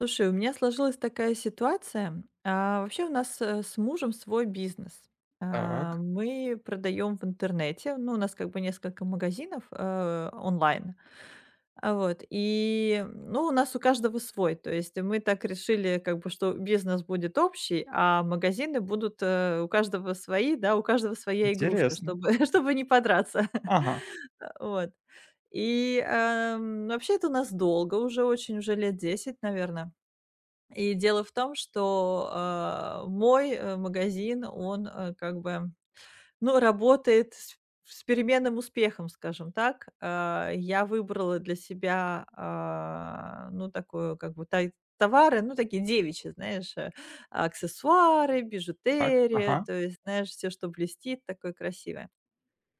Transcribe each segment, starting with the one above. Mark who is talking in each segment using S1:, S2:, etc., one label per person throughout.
S1: Слушай, у меня сложилась такая ситуация. Вообще у нас, с мужем свой бизнес.
S2: Так,
S1: Мы продаем в интернете. Ну, у нас как бы несколько магазинов, онлайн. Вот. И, ну, у нас у каждого свой. То есть мы так решили, как бы, что бизнес будет общий, а магазины будут, у каждого свои, да, у каждого своя игрушка,
S2: интересно.
S1: чтобы не подраться.
S2: Ага,
S1: Вот. И, вообще это у нас долго, уже лет 10, наверное. И дело в том, что, мой, магазин, он, как бы, ну, работает с переменным успехом, скажем так. Я выбрала для себя, ну, такую, как бы, тай товары, ну, такие девичьи, знаешь, аксессуары,
S2: так,
S1: бижутерия,
S2: ага,
S1: то есть, знаешь, все, что блестит, такое красивое.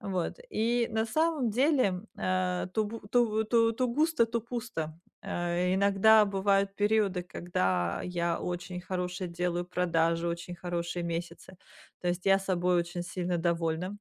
S1: Вот. И на самом деле, то густо, то пусто. Иногда бывают периоды, когда я очень хорошие делаю продажи, очень хорошие месяцы. То есть я собой очень сильно довольна.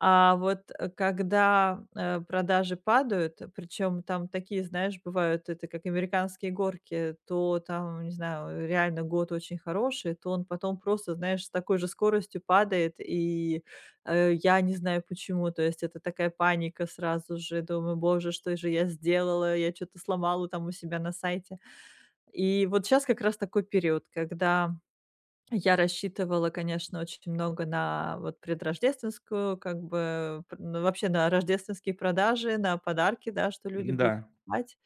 S1: А вот, когда, продажи падают, причем там такие, знаешь, бывают, это как американские горки, то там, не знаю, реально год очень хороший, то он потом просто, знаешь, с такой же скоростью падает, и, я не знаю почему. То есть это такая паника сразу же. Думаю: "Боже, что же я сделала? Я что то сломала там у себя на сайте". И вот сейчас как раз такой период, когда я рассчитывала, конечно, очень много на вот предрождественскую, как бы, пр ну, вообще на рождественские продажи, на подарки, да, что люди будут
S2: да.
S1: покупать.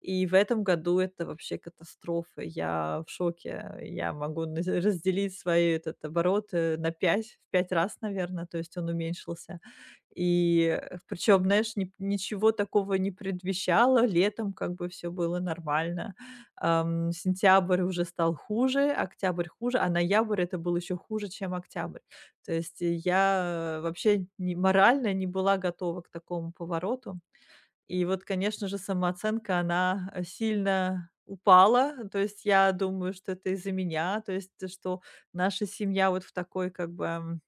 S1: И в этом году это вообще катастрофа. Я в шоке. Я могу наз разделить свои этот оборот, на 5, в 5 раз, наверное, то есть он уменьшился. И, причем, знаешь, ни ничего такого не предвещало. Летом как бы все было нормально. Сентябрь уже стал хуже, октябрь хуже, а ноябрь- это был еще хуже, чем октябрь. То есть я, вообще не морально не была готова к такому повороту. И вот, конечно же, самооценка, она, сильно упала. То есть я думаю, что это из-за меня. То есть, что наша семья вот в такой как бы,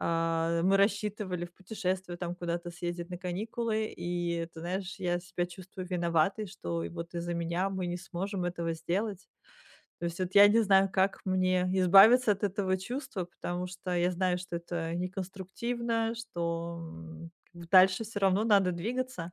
S1: мы рассчитывали в путешествие там куда-то съездить на каникулы. И ты знаешь, я себя чувствую виноватой, что и вот из-за меня мы не сможем этого сделать. То есть вот я не знаю, как мне избавиться от этого чувства, потому что я знаю, что это неконструктивно, что, дальше все равно надо двигаться.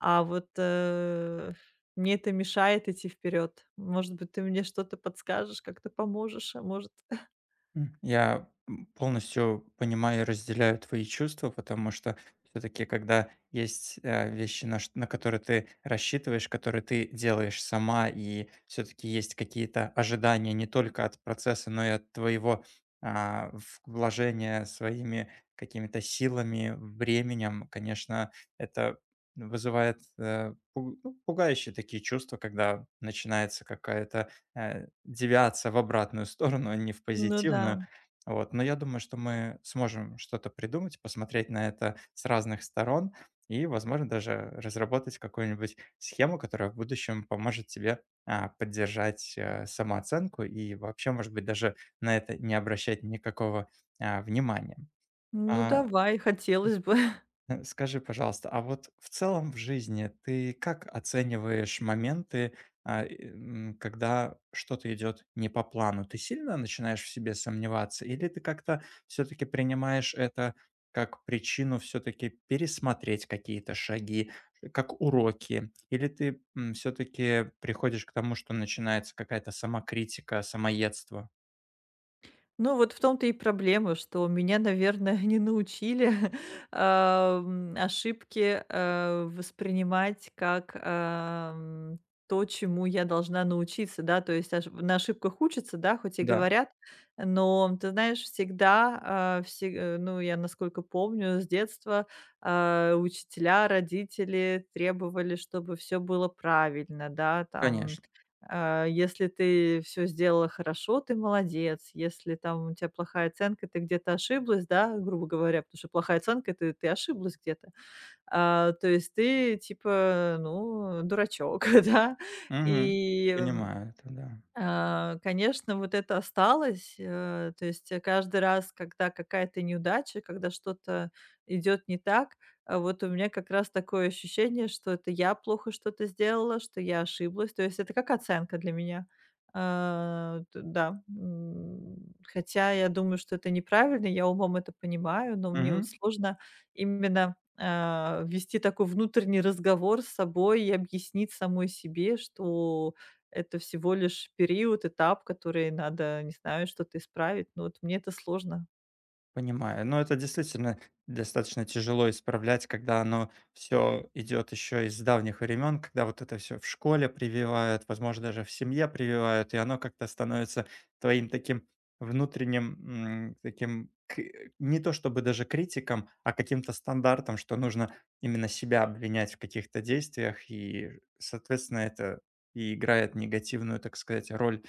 S1: А вот, мне это мешает идти вперед. Может быть, ты мне что-то подскажешь, как-то поможешь, а может
S2: Полностью понимаю и разделяю твои чувства, потому что все-таки, когда есть вещи, на которые ты рассчитываешь, которые ты делаешь сама, и все-таки есть какие-то ожидания не только от процесса, но и от твоего вложения своими какими-то силами, временем, конечно, это вызывает ну, пугающие такие чувства, когда начинается какая-то девиация в обратную сторону, а не в
S1: Ну
S2: позитивную.
S1: да.
S2: Вот. Но я думаю, что мы сможем что-то придумать, посмотреть на это с разных сторон и, возможно, даже разработать какую-нибудь схему, которая в будущем поможет тебе поддержать самооценку и вообще, может быть, даже на это не обращать никакого внимания.
S1: Ну
S2: А,
S1: давай, хотелось бы.
S2: Скажи, пожалуйста, а вот в целом в жизни ты как оцениваешь моменты, когда что-то идет не по плану? Ты сильно начинаешь в себе сомневаться, или ты как-то все-таки принимаешь это как причину все-таки пересмотреть какие-то шаги, как уроки? Или ты все-таки приходишь к тому, что начинается какая-то самокритика, самоедство?
S1: Ну, вот в том-то и проблема, что меня, наверное, не научили, ошибки, воспринимать как, то, чему я должна научиться, да. То есть аш на ошибках учатся, да, хоть и
S2: Да,
S1: говорят, но ты знаешь, всегда, ну, я насколько помню с детства, учителя, родители требовали, чтобы все было правильно, да, там
S2: конечно.
S1: если ты все сделала хорошо, ты молодец. Если там у тебя плохая оценка, ты где-то ошиблась, да, грубо говоря, потому что плохая оценка- это ты ошиблась где-то. То есть ты типа, ну, дурачок, да.
S2: Мгм.
S1: И,
S2: Понимаю это,
S1: конечно, вот это осталось. То есть, каждый раз, когда какая-то неудача, когда что-то идет не так, вот у меня как раз такое ощущение, что это я плохо что-то сделала, что я ошиблась. То есть это как оценка для меня. А, т да, хотя я думаю, что это неправильно, я умом это понимаю, но мне вот
S2: да.
S1: сложно именно, вести такой внутренний разговор с собой и объяснить самой себе, что это всего лишь период, этап, который надо, не знаю, что-то исправить. Но вот мне это сложно.
S2: Понимаю. Но это действительно достаточно тяжело исправлять, когда оно все идет еще из давних времен, когда вот это все в школе прививают, возможно, даже в семье прививают, и оно как-то становится твоим таким внутренним, таким к не то чтобы даже критиком, а каким-то стандартом, что нужно именно себя обвинять в каких-то действиях, и, соответственно, это и играет негативную, так сказать, роль,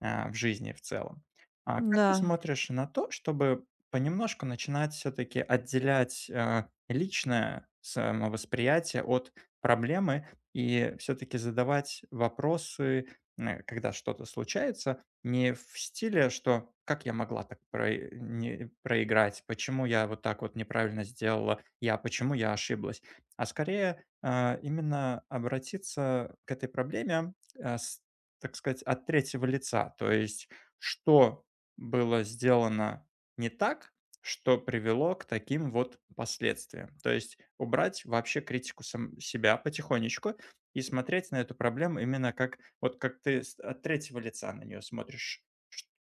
S2: в жизни в целом. А как ты
S1: Да,
S2: смотришь на то, чтобы понемножку начинать все таки отделять, личное самовосприятие от проблемы и все таки задавать вопросы, когда что-то случается, не в стиле, что: "Как я могла так прое не проиграть? Почему я вот так вот неправильно сделала? Я почему я ошиблась?" А скорее, именно обратиться к этой проблеме, а, с, так сказать, от третьего лица. То есть, что было сделано не так, что привело к таким вот последствиям. То есть убрать вообще критику сам себя потихонечку и смотреть на эту проблему именно как вот как ты с от третьего лица на нее смотришь,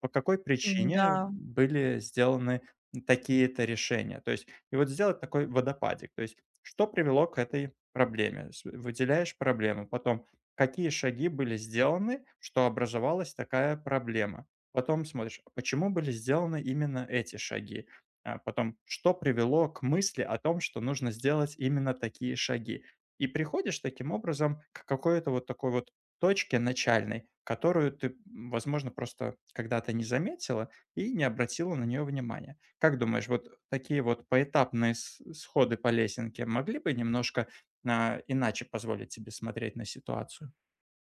S2: по какой причине
S1: да.
S2: были сделаны такие-то решения. То есть, и вот сделать такой водопадик. То есть, что привело к этой проблеме? Выделяешь проблему, потом какие шаги были сделаны, что образовалась такая проблема. Потом смотришь, а почему были сделаны именно эти шаги. А потом, что привело к мысли о том, что нужно сделать именно такие шаги. И приходишь таким образом к какой-то вот такой вот точке начальной, которую ты, возможно, просто когда-то не заметила и не обратила на нее внимания. Как думаешь, вот такие вот поэтапные сходы по лесенке могли бы немножко иначе позволить тебе смотреть на ситуацию?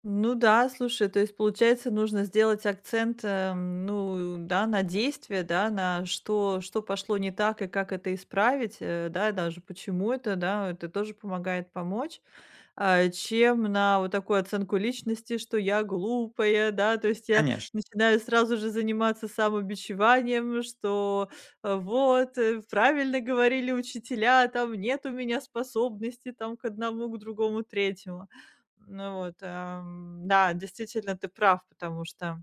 S1: Ну да, слушай, то есть, получается, нужно сделать акцент, ну да, на действие, да, на что пошло не так и как это исправить, да, даже почему это, да, это тоже помогает помочь. Чем на вот такую оценку личности, что я глупая, да. То есть я
S2: Конечно,
S1: начинаю сразу же заниматься самобичеванием, что, вот, правильно говорили учителя, там нет у меня способности там к одному, к другому, третьему. Ну вот, да, действительно, ты прав, потому что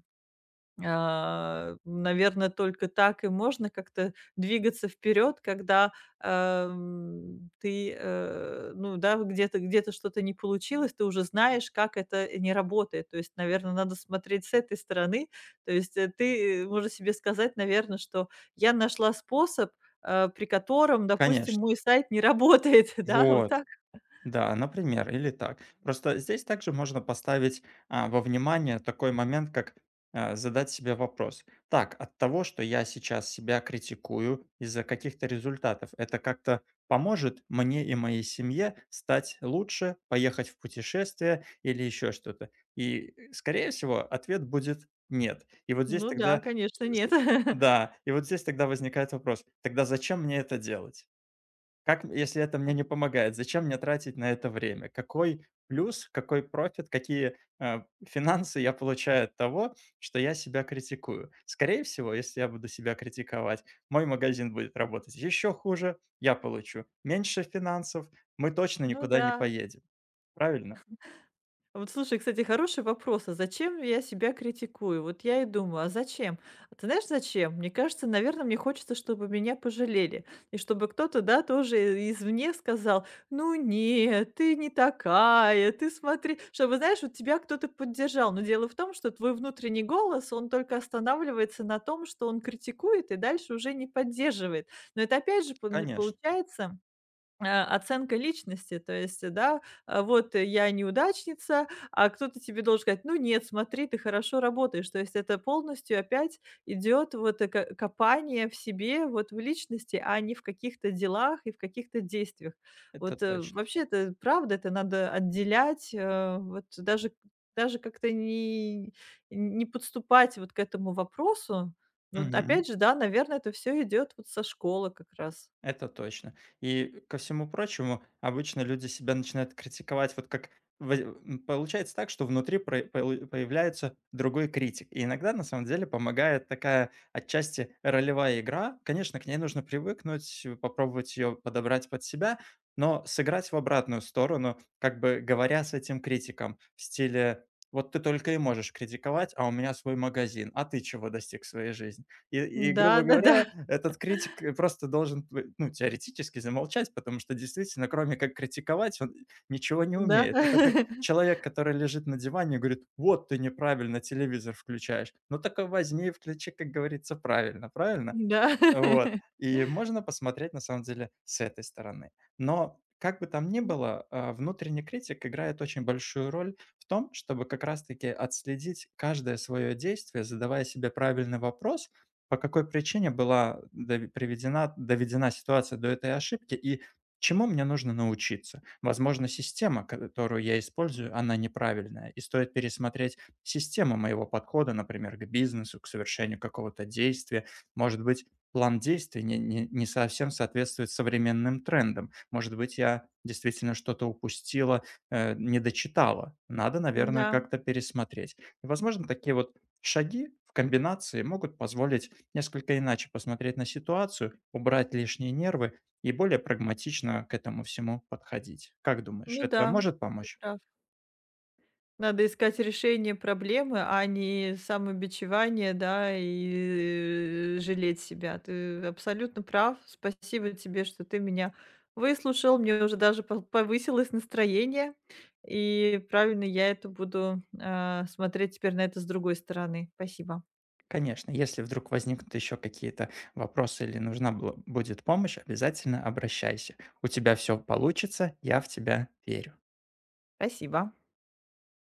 S1: наверно, только так и можно как-то двигаться вперед, когда, ты, ну да, вот где-то что-то не получилось, ты уже знаешь, как это не работает. То есть, наверное, надо смотреть с этой стороны. То есть, ты можешь себе сказать, наверное, что я нашла способ, при котором, допустим,
S2: конечно.
S1: мой сайт не работает, да, вот
S2: Вот.
S1: так?
S2: Да, например, или так. Просто здесь также можно поставить во внимание такой момент, как задать себе вопрос. Так, от того, что я сейчас себя критикую из-за каких-то результатов, это как-то поможет мне и моей семье стать лучше, поехать в путешествие или еще что-то? И, скорее всего, ответ будет нет. И вот здесь
S1: Ну да,
S2: тогда,
S1: конечно,
S2: э, с-
S1: нет.
S2: да, и вот здесь тогда возникает вопрос, тогда зачем мне это делать? Как, если это мне не помогает, зачем мне тратить на это время? Какой плюс, какой профит, какие, финансы я получаю от того, что я себя критикую? Скорее всего, если я буду себя критиковать, мой магазин будет работать еще хуже, я получу меньше финансов, мы точно
S1: Ну
S2: никуда
S1: да.
S2: не поедем. Правильно?
S1: Вот слушай, кстати, хороший вопрос. А зачем я себя критикую? Вот я и думаю, а зачем? А ты знаешь, зачем? Мне кажется, наверное, мне хочется, чтобы меня пожалели. И чтобы кто-то, да, тоже извне сказал, ну нет, ты не такая, ты смотри. Чтобы, знаешь, вот тебя кто-то поддержал. Но дело в том, что твой внутренний голос, он только останавливается на том, что он критикует и дальше уже не поддерживает. Но это опять же
S2: Конечно,
S1: получается оценка личности. То есть, да, вот я неудачница, а кто-то тебе должен сказать: "Ну нет, смотри, ты хорошо работаешь". То есть это полностью опять идет вот э ко копание в себе, вот в личности, а не в каких-то делах и в каких-то действиях.
S2: это
S1: Вот,
S2: точно.
S1: вообще это правда, это надо отделять, вот даже как-то не подступать вот к этому вопросу. Но вот опять же, да, наверное, это все идет вот со школы как раз.
S2: Это точно. И, ко всему прочему, обычно люди себя начинают критиковать, вот как получается так, что внутри про полы появляется другой критик. И иногда, на самом деле, помогает такая отчасти ролевая игра. Конечно, к ней нужно привыкнуть, попробовать ее подобрать под себя, но сыграть в обратную сторону, как бы говоря с этим критиком в стиле: "Вот ты только и можешь критиковать, а у меня свой магазин. А ты чего достиг в своей жизни?" Грубо
S1: Да-да-да.
S2: говоря, этот критик, просто должен п ну, теоретически замолчать, потому что действительно, кроме как критиковать, он ничего не
S1: Да.
S2: умеет. Это как человек, который лежит на диване и говорит: "Вот ты неправильно телевизор включаешь". Ну, так и возьми и включи, как говорится, правильно, правильно?
S1: Да.
S2: Вот. И можно посмотреть, на самом деле, с этой стороны. Но как бы там ни было, внутренний критик играет очень большую роль в том, чтобы как раз-таки отследить каждое свое действие, задавая себе правильный вопрос, по какой причине была приведена, доведена ситуация до этой ошибки и чему мне нужно научиться. Возможно, система, которую я использую, она неправильная, и стоит пересмотреть систему моего подхода, например, к бизнесу, к совершению какого-то действия, может быть, план действий не совсем соответствует современным трендам. Может быть, я действительно что-то упустила, не дочитала. Надо,
S1: Ну
S2: наверное,
S1: да,
S2: как-то пересмотреть. И, возможно, такие вот шаги в комбинации могут позволить несколько иначе посмотреть на ситуацию, убрать лишние нервы и более прагматично к этому всему подходить. Как думаешь,
S1: ну
S2: это
S1: да,
S2: может
S1: ты
S2: помочь?
S1: прав. Надо искать решение проблемы, а не самобичевание, да, и, жалеть себя. Ты абсолютно прав. Спасибо тебе, что ты меня выслушал. Мне уже даже повысилось настроение. И правильно, я это буду, смотреть теперь на это с другой стороны. Спасибо.
S2: Конечно, если вдруг возникнут еще какие-то вопросы или нужна будет помощь, обязательно обращайся. У тебя все получится, я в тебя верю.
S1: Спасибо.